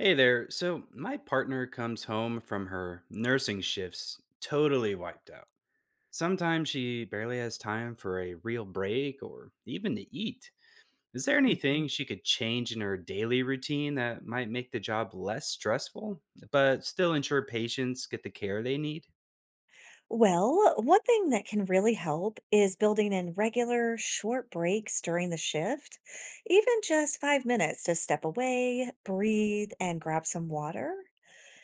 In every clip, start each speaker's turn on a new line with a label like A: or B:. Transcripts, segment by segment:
A: Hey there. So, my partner comes home from her nursing shifts totally wiped out. Sometimes she barely has time for a real break or even to eat. Is there
B: Mhm.
A: anything she could change in her daily routine that might make the job less stressful, but still ensure patients get the care they need?
B: Well, one thing that can really help is building in regular short breaks during the shift, even just 5 minutes to step away, breathe, and grab some water.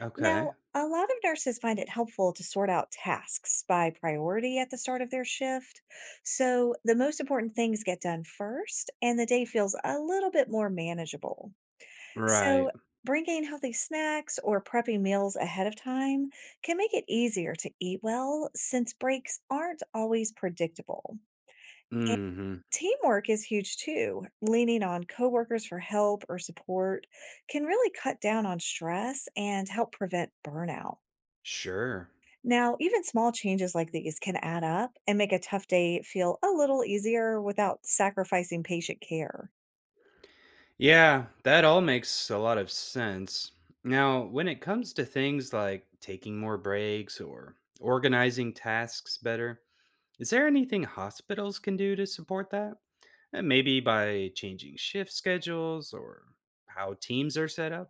A: Okay.
B: Now, a lot of nurses find it helpful to sort out tasks by priority at the start of their shift. So the most important things get done first, and the day feels a little bit more manageable. So,
A: Right.
B: bringing healthy snacks or prepping meals ahead of time can make it easier to eat well since breaks aren't always predictable. And
A: Mm hmm.
B: teamwork is huge too. Leaning on coworkers for help or support can really cut down on stress and help prevent burnout.
A: Sure.
B: Now, even small changes like these can add up and make a tough day feel a little easier without sacrificing patient care.
A: Yeah, that all makes a lot of sense. Now, when it comes to things like taking more breaks or organizing tasks better, is there anything hospitals can do to support that? Maybe by changing shift schedules or how teams are set up?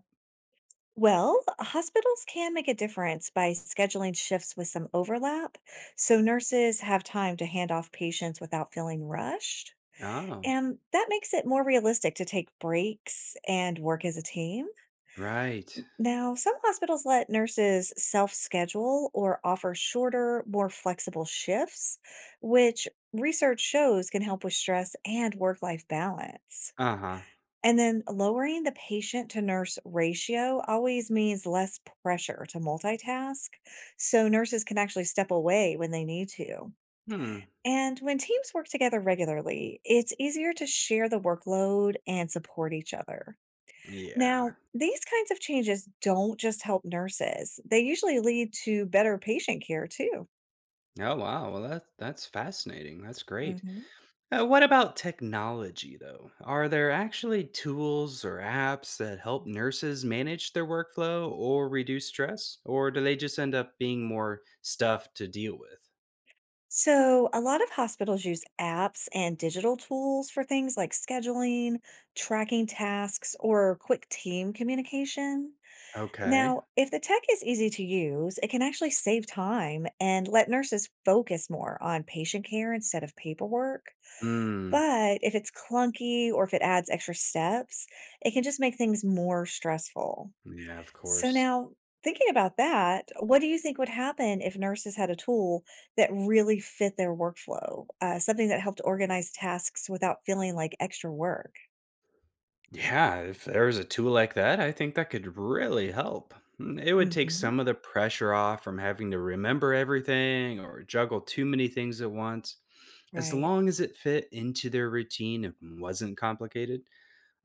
B: Well, hospitals can make a difference by scheduling shifts with some overlap so nurses have time to hand off patients without feeling rushed.
A: Oh,
B: And that makes it more realistic to take breaks and work as a team.
A: right.
B: Now, some hospitals let nurses self schedule or offer shorter, more flexible shifts, which research shows can help with stress and work life balance.
A: Uh huh.
B: And then lowering the patient to nurse ratio always means less pressure to multitask. So nurses can actually step away when they need to.
A: Hmm.
B: And when teams work together regularly, it's easier to share the workload and support each other.
A: Yeah.
B: Now, these kinds of changes don't just help nurses, they usually lead to better patient care too.
A: Oh, wow. Well, that's fascinating. That's great.
B: hmm
A: What about technology, though? Are there actually tools or apps that help nurses manage their workflow or reduce stress? Or do they just end up being more stuff to deal with?
B: So, a lot of hospitals use apps and digital tools for things like scheduling, tracking tasks, or quick team communication.
A: Okay.
B: Now, if the tech is easy to use, it can actually save time and let nurses focus more on patient care instead of paperwork.
A: Mm,
B: But if it's clunky or if it adds extra steps, it can just make things more stressful.
A: yeah, of
B: So
A: course.
B: now, thinking about that, what do you think would happen if nurses had a tool that really fit their workflow? Something that helped organize tasks without feeling like extra work?
A: Yeah, if there was a tool like that, I think that could really help. It would take
B: Hmm.
A: some of the pressure off from having to remember everything or juggle too many things at once, as
B: Right.
A: long as it fit into their routine and wasn't complicated.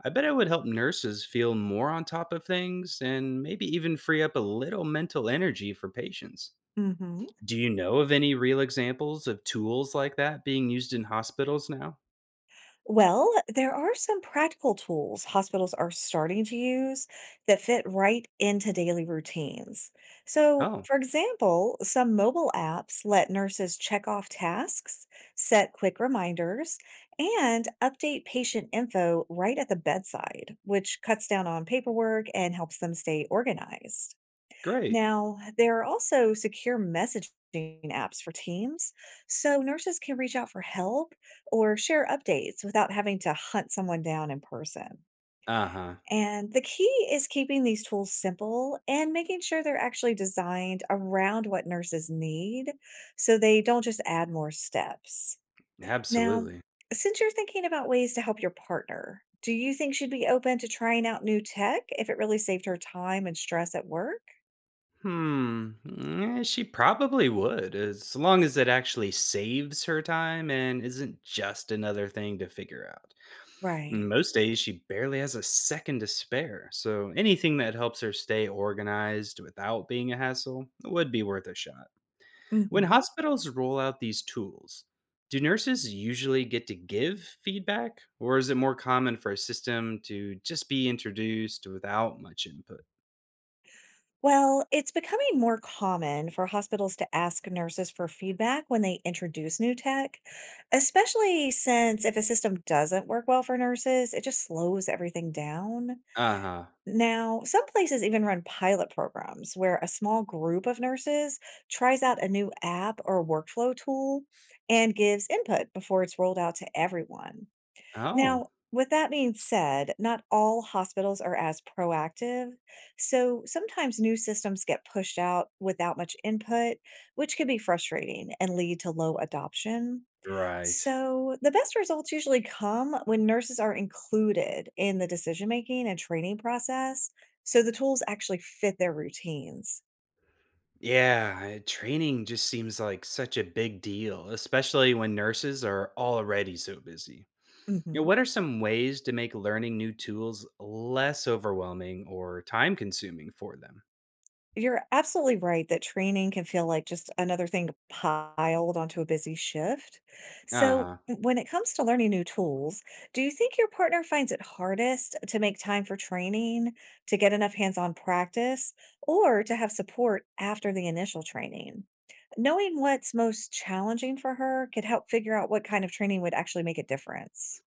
A: I bet it would help nurses feel more on top of things and maybe even free up a little mental energy for patients.
B: hmm
A: Do you know of any real examples of tools like that being used in hospitals now?
B: Well, there are some practical tools hospitals are starting to use that fit right into daily routines. So,
A: Oh,
B: for example, some mobile apps let nurses check off tasks, set quick reminders, and update patient info right at the bedside, which cuts down on paperwork and helps them stay organized.
A: great.
B: Now, there are also secure messaging apps for teams, so nurses can reach out for help or share updates without having to hunt someone down in person.
A: Uh huh.
B: And the key is keeping these tools simple and making sure they're actually designed around what nurses need so they don't just add more steps. Now,
A: Absolutely.
B: since you're thinking about ways to help your partner, do you think she'd be open to trying out new tech if it really saved her time and stress at work?
A: Hmm. She probably would, as long as it actually saves her time and isn't just another thing to figure out. And
B: Right.
A: most days, she barely has a second to spare, so anything that helps her stay organized without being a hassle would be worth a shot. When
B: hmm
A: hospitals roll out these tools, do nurses usually get to give feedback, or is it more common for a system to just be introduced without much input?
B: Well, it's becoming more common for hospitals to ask nurses for feedback when they introduce new tech, especially since if a system doesn't work well for nurses, it just slows everything down.
A: Uh huh.
B: Now, some places even run pilot programs where a small group of nurses tries out a new app or workflow tool and gives input before it's rolled out to everyone.
A: Oh,
B: Now, with that being said, not all hospitals are as proactive. So sometimes new systems get pushed out without much input, which can be frustrating and lead to low adoption.
A: right.
B: So the best results usually come when nurses are included in the decision making and training process. So the tools actually fit their routines.
A: Yeah, training just seems like such a big deal, especially when nurses are already so busy. You know,
B: Mhm.
A: what are some ways to make learning new tools less overwhelming or time consuming for them?
B: You're absolutely right that training can feel like just another thing piled onto a busy shift. So,
A: Uh-huh.
B: when it comes to learning new tools, do you think your partner finds it hardest to make time for training, to get enough hands on practice, or to have support after the initial training? Knowing what's most challenging for her could help figure out what kind of training would actually make a difference.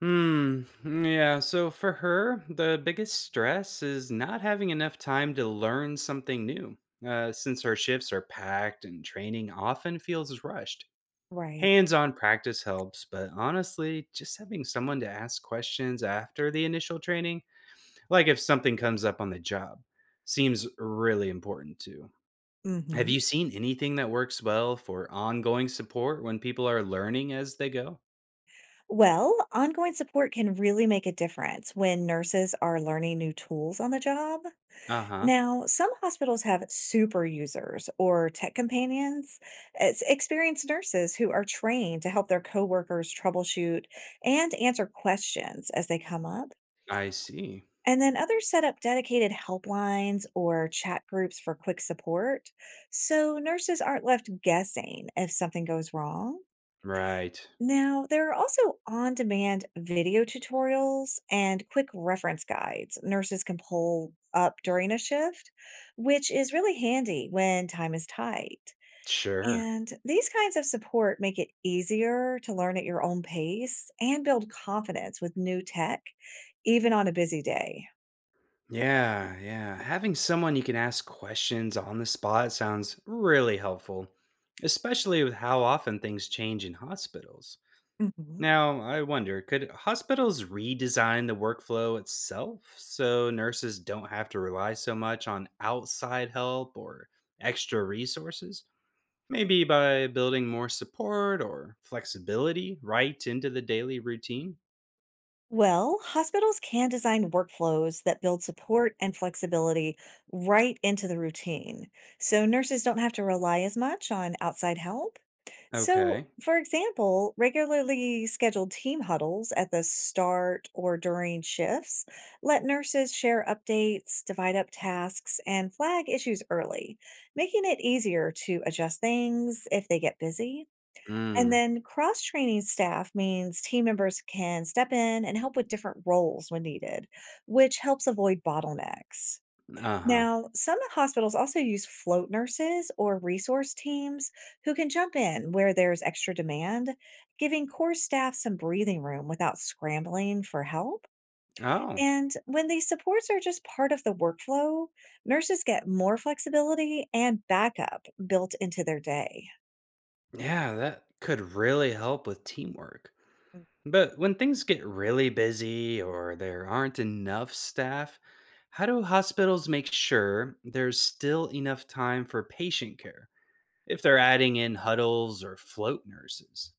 A: Hmm. Yeah. So for her, the biggest stress is not having enough time to learn something new. Since her shifts are packed and training often feels rushed.
B: Right.
A: Hands on practice helps, but honestly, just having someone to ask questions after the initial training, like if something comes up on the job, seems really important too. Have
B: hmm
A: you seen anything that works well for ongoing support when people are learning as they go?
B: Well, ongoing support can really make a difference when nurses are learning new tools on the job.
A: Uh-huh.
B: Now, some hospitals have super users or tech companions. It's experienced nurses who are trained to help their coworkers troubleshoot and answer questions as they come up.
A: I see.
B: And then others set up dedicated helplines or chat groups for quick support. So nurses aren't left guessing if something goes wrong.
A: Right.
B: Now, there are also on demand video tutorials and quick reference guides nurses can pull up during a shift, which is really handy when time is tight.
A: Sure.
B: And these kinds of support make it easier to learn at your own pace and build confidence with new tech, even on a busy day.
A: Yeah, yeah. Having someone you can ask questions on the spot sounds really helpful, especially with how often things change in hospitals.
B: Mhm.
A: Now, I wonder could hospitals redesign the workflow itself so nurses don't have to rely so much on outside help or extra resources? Maybe by building more support or flexibility right into the daily routine.
B: Well, hospitals can design workflows that build support and flexibility right into the routine. So nurses don't have to rely as much on outside help. So,
A: Okay.
B: for example, regularly scheduled team huddles at the start or during shifts let nurses share updates, divide up tasks, and flag issues early, making it easier to adjust things if they get busy. And
A: Mm.
B: then cross training staff means team members can step in and help with different roles when needed, which helps avoid bottlenecks.
A: Uh huh.
B: Now, some hospitals also use float nurses or resource teams who can jump in where there's extra demand, giving core staff some breathing room without scrambling for help.
A: Oh,
B: And when these supports are just part of the workflow, nurses get more flexibility and backup built into their day.
A: yeah, that could really help with teamwork.
B: Mm.
A: But when things get really busy or there aren't enough staff, how do hospitals make sure there's still enough time for patient care if they're adding in huddles or float nurses?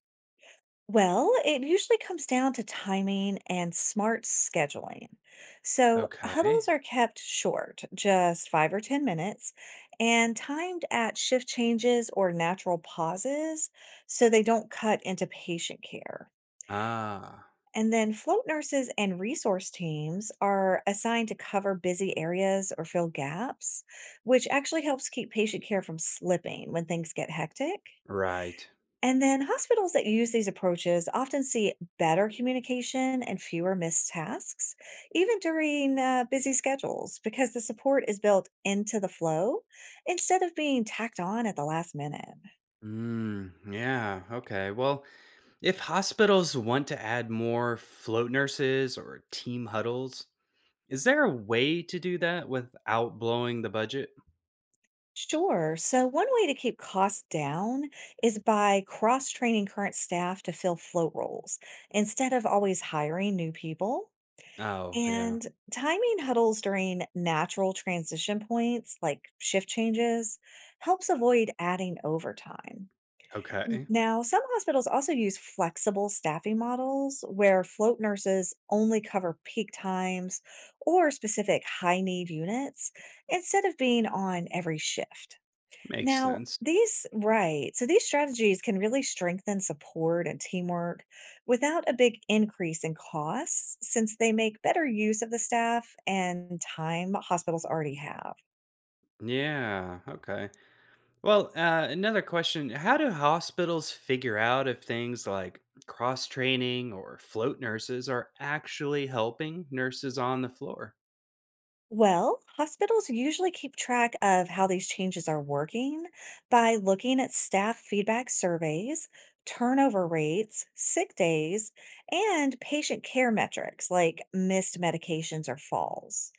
B: Well, it usually comes down to timing and smart scheduling. So,
A: Okay.
B: huddles are kept short, just five or 10 minutes, and timed at shift changes or natural pauses so they don't cut into patient care.
A: Ah,
B: And then, float nurses and resource teams are assigned to cover busy areas or fill gaps, which actually helps keep patient care from slipping when things get hectic.
A: right.
B: And then hospitals that use these approaches often see better communication and fewer missed tasks, even during busy schedules, because the support is built into the flow instead of being tacked on at the last minute.
A: Mm, yeah. Okay. Well, if hospitals want to add more float nurses or team huddles, is there a way to do that without blowing the budget?
B: Sure. So, one way to keep costs down is by cross training current staff to fill float roles instead of always hiring new people.
A: Oh, yeah.
B: And timing huddles during natural transition points, like shift changes, helps avoid adding overtime. N-
A: Okay.
B: Now, some hospitals also use flexible staffing models where float nurses only cover peak times or specific high need units instead of being on every shift.
A: Makes
B: Now,
A: sense.
B: these Right. So these strategies can really strengthen support and teamwork without a big increase in costs since they make better use of the staff and time hospitals already have.
A: Yeah. Okay. Well, another question. How do hospitals figure out if things like cross training or float nurses are actually helping nurses on the floor?
B: Well, hospitals usually keep track of how these changes are working by looking at staff feedback surveys, turnover rates, sick days, and patient care metrics like missed medications or falls.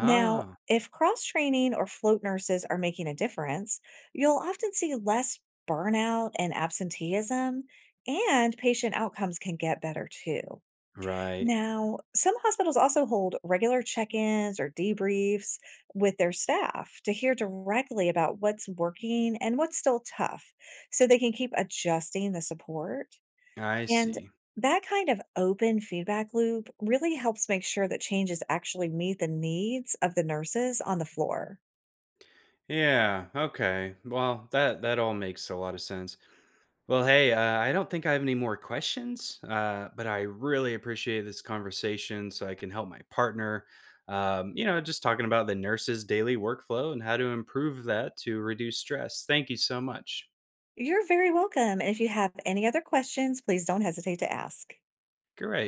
B: Now, if cross training or float nurses are making a difference, you'll often see less burnout and absenteeism, and patient outcomes can get better too.
A: right.
B: Now, some hospitals also hold regular check ins or debriefs with their staff to hear directly about what's working and what's still tough so they can keep adjusting the support.
A: I
B: And
A: see.
B: that kind of open feedback loop really helps make sure that changes actually meet the needs of the nurses on the floor.
A: Yeah, okay. Well, that all makes a lot of sense. Well, hey, I don't think I have any more questions, but I really appreciate this conversation so I can help my partner. You know, just talking about the nurse's daily workflow and how to improve that to reduce stress. Thank you so much.
B: You're very welcome. And if you have any other questions, please don't hesitate to ask.
A: Great.